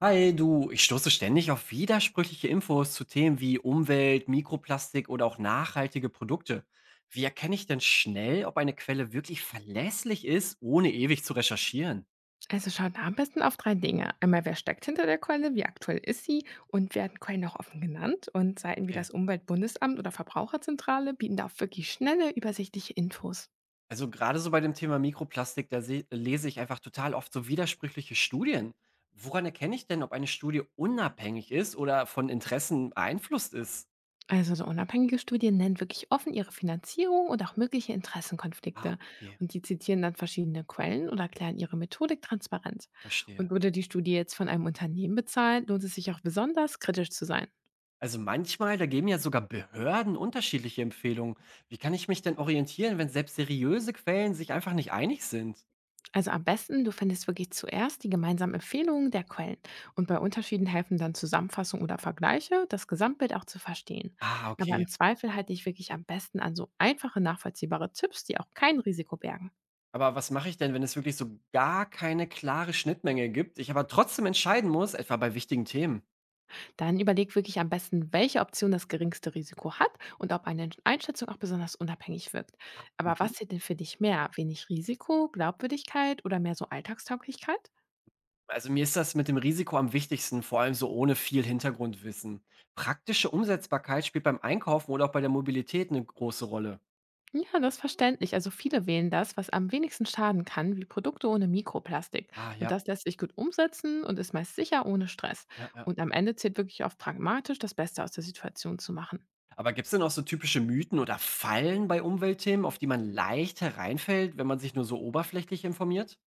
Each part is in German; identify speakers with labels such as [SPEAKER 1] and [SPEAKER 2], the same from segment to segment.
[SPEAKER 1] Hi, du, ich stoße ständig auf widersprüchliche Infos zu Themen wie Umwelt, Mikroplastik oder auch nachhaltige Produkte. Wie erkenne ich denn schnell, ob eine Quelle wirklich verlässlich ist, ohne ewig zu recherchieren?
[SPEAKER 2] Also schaut am besten auf 3 Dinge. Einmal, wer steckt hinter der Quelle, wie aktuell ist sie und werden Quellen auch offen genannt. Und Seiten wie das
[SPEAKER 1] Okay.
[SPEAKER 2] Umweltbundesamt oder Verbraucherzentrale bieten da auch wirklich schnelle, übersichtliche Infos.
[SPEAKER 1] Also gerade so bei dem Thema Mikroplastik, lese ich einfach total oft so widersprüchliche Studien. Woran erkenne ich denn, ob eine Studie unabhängig ist oder von Interessen beeinflusst ist?
[SPEAKER 2] Also so unabhängige Studien nennen wirklich offen ihre Finanzierung und auch mögliche
[SPEAKER 1] Ah,
[SPEAKER 2] Interessenkonflikte.
[SPEAKER 1] okay,
[SPEAKER 2] Und die zitieren dann verschiedene Quellen oder erklären ihre Methodik transparent.
[SPEAKER 1] verstehe.
[SPEAKER 2] Und wurde die Studie jetzt von einem Unternehmen bezahlt, lohnt es sich auch besonders, kritisch zu sein.
[SPEAKER 1] Also manchmal, da geben ja sogar Behörden unterschiedliche Empfehlungen. Wie kann ich mich denn orientieren, wenn selbst seriöse Quellen sich einfach nicht einig sind?
[SPEAKER 2] Also am besten, du findest wirklich zuerst die gemeinsamen Empfehlungen der Quellen und bei Unterschieden helfen dann Zusammenfassungen oder Vergleiche, das Gesamtbild auch zu verstehen.
[SPEAKER 1] Ah,
[SPEAKER 2] Aber
[SPEAKER 1] okay.
[SPEAKER 2] im Zweifel halte ich wirklich am besten an so einfache, nachvollziehbare Tipps, die auch kein Risiko bergen.
[SPEAKER 1] Aber was mache ich denn, wenn es wirklich so gar keine klare Schnittmenge gibt, ich aber trotzdem entscheiden muss, etwa bei wichtigen Themen?
[SPEAKER 2] Dann überleg wirklich am besten, welche Option das geringste Risiko hat und ob eine Einschätzung auch besonders unabhängig wirkt. Aber
[SPEAKER 1] Mhm.
[SPEAKER 2] was zählt denn für dich mehr? Wenig Risiko, Glaubwürdigkeit oder mehr so Alltagstauglichkeit?
[SPEAKER 1] Also mir ist das mit dem Risiko am wichtigsten, vor allem so ohne viel Hintergrundwissen. Praktische Umsetzbarkeit spielt beim Einkaufen oder auch bei der Mobilität eine große Rolle.
[SPEAKER 2] Ja, das ist verständlich. Also viele wählen das, was am wenigsten schaden kann, wie Produkte ohne Mikroplastik.
[SPEAKER 1] Ah,
[SPEAKER 2] Und
[SPEAKER 1] ja,
[SPEAKER 2] das lässt sich gut umsetzen und ist meist sicher ohne Stress.
[SPEAKER 1] ja, ja.
[SPEAKER 2] Und am Ende zählt wirklich oft pragmatisch, das Beste aus der Situation zu machen.
[SPEAKER 1] Aber gibt es denn auch so typische Mythen oder Fallen bei Umweltthemen, auf die man leicht hereinfällt, wenn man sich nur so oberflächlich informiert?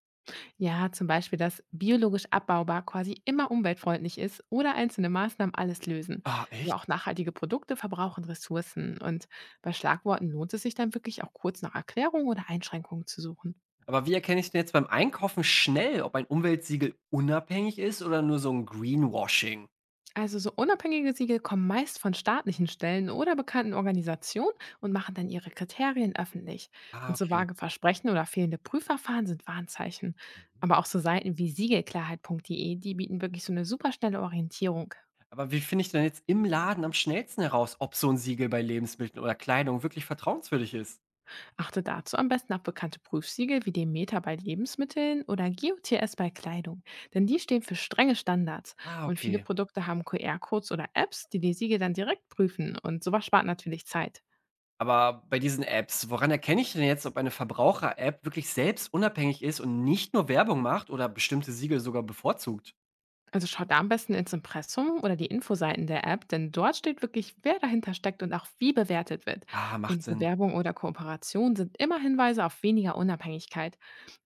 [SPEAKER 2] Ja, zum Beispiel, dass biologisch abbaubar quasi immer umweltfreundlich ist oder einzelne Maßnahmen alles lösen.
[SPEAKER 1] Ah,
[SPEAKER 2] Aber
[SPEAKER 1] echt?
[SPEAKER 2] auch nachhaltige Produkte verbrauchen Ressourcen. Und bei Schlagworten lohnt es sich dann wirklich auch kurz nach Erklärungen oder Einschränkungen zu suchen.
[SPEAKER 1] Aber wie erkenne ich denn jetzt beim Einkaufen schnell, ob ein Umweltsiegel unabhängig ist oder nur so ein Greenwashing?
[SPEAKER 2] Also so unabhängige Siegel kommen meist von staatlichen Stellen oder bekannten Organisationen und machen dann ihre Kriterien öffentlich.
[SPEAKER 1] Ah,
[SPEAKER 2] Und so
[SPEAKER 1] okay.
[SPEAKER 2] vage Versprechen oder fehlende Prüfverfahren sind Warnzeichen.
[SPEAKER 1] Mhm.
[SPEAKER 2] Aber auch so Seiten wie siegelklarheit.de, die bieten wirklich so eine superschnelle Orientierung.
[SPEAKER 1] Aber wie finde ich denn jetzt im Laden am schnellsten heraus, ob so ein Siegel bei Lebensmitteln oder Kleidung wirklich vertrauenswürdig ist?
[SPEAKER 2] Achte dazu am besten auf bekannte Prüfsiegel wie den Meta bei Lebensmitteln oder GOTS bei Kleidung, denn die stehen für strenge Standards.
[SPEAKER 1] Ah,
[SPEAKER 2] Und viele
[SPEAKER 1] okay.
[SPEAKER 2] Produkte haben QR-Codes oder Apps, die die Siegel dann direkt prüfen. Und sowas spart natürlich Zeit.
[SPEAKER 1] Aber bei diesen Apps, woran erkenne ich denn jetzt, ob eine Verbraucher-App wirklich selbst unabhängig ist und nicht nur Werbung macht oder bestimmte Siegel sogar bevorzugt?
[SPEAKER 2] Also schaut da am besten ins Impressum oder die Infoseiten der App, denn dort steht wirklich, wer dahinter steckt und auch wie bewertet wird.
[SPEAKER 1] Ah,
[SPEAKER 2] Und
[SPEAKER 1] macht
[SPEAKER 2] zu
[SPEAKER 1] Sinn.
[SPEAKER 2] Werbung oder Kooperation sind immer Hinweise auf weniger Unabhängigkeit.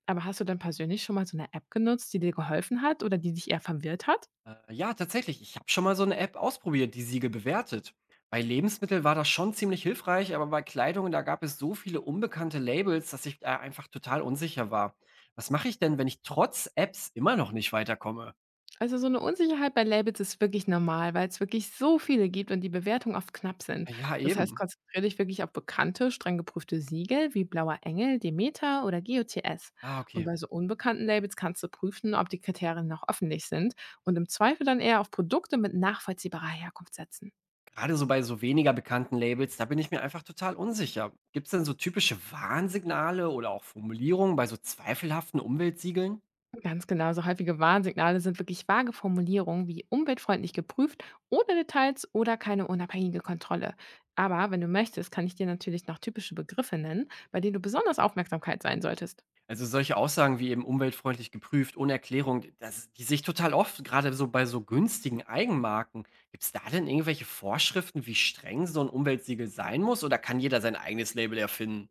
[SPEAKER 2] Aber hast du denn persönlich schon mal so eine App genutzt, die dir geholfen hat oder die dich eher verwirrt hat?
[SPEAKER 1] Ja, tatsächlich, ich habe schon mal so eine App ausprobiert, die Siegel bewertet. Bei Lebensmitteln war das schon ziemlich hilfreich, aber bei Kleidung, da gab es so viele unbekannte Labels, dass ich da einfach total unsicher war. Was mache ich denn, wenn ich trotz Apps immer noch nicht weiterkomme?
[SPEAKER 2] Also so eine Unsicherheit bei Labels ist wirklich normal, weil es wirklich so viele gibt und die Bewertungen oft knapp sind.
[SPEAKER 1] Ja,
[SPEAKER 2] Das heißt,
[SPEAKER 1] eben.
[SPEAKER 2] konzentriere dich wirklich auf bekannte, streng geprüfte Siegel wie Blauer Engel, Demeter oder GOTS.
[SPEAKER 1] Ah,
[SPEAKER 2] Und
[SPEAKER 1] okay.
[SPEAKER 2] bei so unbekannten Labels kannst du prüfen, ob die Kriterien noch öffentlich sind und im Zweifel dann eher auf Produkte mit nachvollziehbarer Herkunft setzen.
[SPEAKER 1] Gerade so bei so weniger bekannten Labels, da bin ich mir einfach total unsicher. Gibt es denn so typische Warnsignale oder auch Formulierungen bei so zweifelhaften Umweltsiegeln?
[SPEAKER 2] Ganz genau, so häufige Warnsignale sind wirklich vage Formulierungen wie umweltfreundlich geprüft, ohne Details oder keine unabhängige Kontrolle. Aber wenn du möchtest, kann ich dir natürlich noch typische Begriffe nennen, bei denen du besonders Aufmerksamkeit sein solltest.
[SPEAKER 1] Also, solche Aussagen wie eben umweltfreundlich geprüft, ohne Erklärung, das die sehe ich total oft, gerade so bei so günstigen Eigenmarken. Gibt's da denn irgendwelche Vorschriften, wie streng so 'n Umweltsiegel sein muss, oder kann jeder sein eigenes Label erfinden?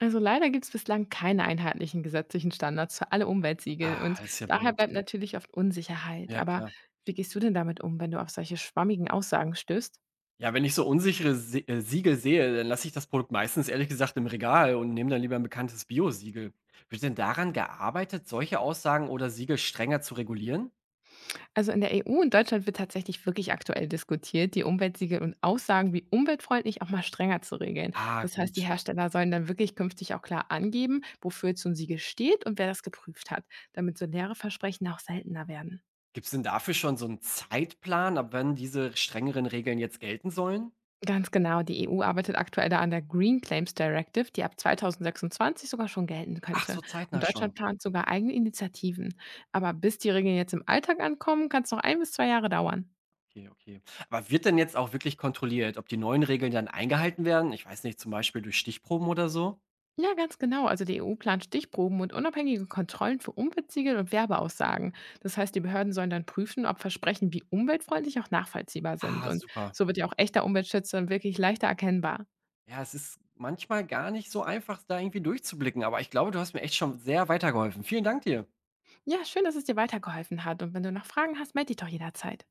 [SPEAKER 2] Also leider gibt es bislang keine einheitlichen gesetzlichen Standards für alle Umweltsiegel
[SPEAKER 1] Ah,
[SPEAKER 2] und
[SPEAKER 1] das ist ja
[SPEAKER 2] daher
[SPEAKER 1] blöd.
[SPEAKER 2] bleibt natürlich oft Unsicherheit.
[SPEAKER 1] Ja,
[SPEAKER 2] Aber
[SPEAKER 1] klar.
[SPEAKER 2] wie gehst du denn damit um, wenn du auf solche schwammigen Aussagen stößt?
[SPEAKER 1] Ja, wenn ich so unsichere Se Siegel sehe, dann lasse ich das Produkt meistens ehrlich gesagt im Regal und nehme dann lieber ein bekanntes Bio-Siegel. Wird denn daran gearbeitet, solche Aussagen oder Siegel strenger zu regulieren?
[SPEAKER 2] Also in der EU und Deutschland wird tatsächlich wirklich aktuell diskutiert, die Umweltsiegel und Aussagen wie umweltfreundlich auch mal strenger zu regeln.
[SPEAKER 1] Ah,
[SPEAKER 2] Das heißt, die
[SPEAKER 1] gut.
[SPEAKER 2] Hersteller sollen dann wirklich künftig auch klar angeben, wofür jetzt so ein Siegel steht und wer das geprüft hat, damit so leere Versprechen auch seltener werden.
[SPEAKER 1] Gibt es denn dafür schon so 'n Zeitplan, ab wann diese strengeren Regeln jetzt gelten sollen?
[SPEAKER 2] Ganz genau, die EU arbeitet aktuell da an der Green Claims Directive, die ab 2026 sogar schon gelten
[SPEAKER 1] Ach,
[SPEAKER 2] könnte.
[SPEAKER 1] so
[SPEAKER 2] Und
[SPEAKER 1] zeitnah
[SPEAKER 2] Deutschland
[SPEAKER 1] schon.
[SPEAKER 2] plant sogar eigene Initiativen. Aber bis die Regeln jetzt im Alltag ankommen, kann es noch ein bis 2 Jahre dauern.
[SPEAKER 1] Okay, okay. Aber wird denn jetzt auch wirklich kontrolliert, ob die neuen Regeln dann eingehalten werden? Ich weiß nicht, zum Beispiel durch Stichproben oder so?
[SPEAKER 2] Ja, ganz genau. Also die EU plant Stichproben und unabhängige Kontrollen für Umweltsiegel und Werbeaussagen. Das heißt, die Behörden sollen dann prüfen, ob Versprechen wie umweltfreundlich auch nachvollziehbar sind.
[SPEAKER 1] Ah,
[SPEAKER 2] Und
[SPEAKER 1] super.
[SPEAKER 2] so wird ja auch echter Umweltschützer wirklich leichter erkennbar.
[SPEAKER 1] Ja, es ist manchmal gar nicht so einfach, da irgendwie durchzublicken, aber ich glaube, du hast mir echt schon sehr weitergeholfen. Vielen Dank dir.
[SPEAKER 2] Ja, schön, dass es dir weitergeholfen hat. Und wenn du noch Fragen hast, melde dich doch jederzeit.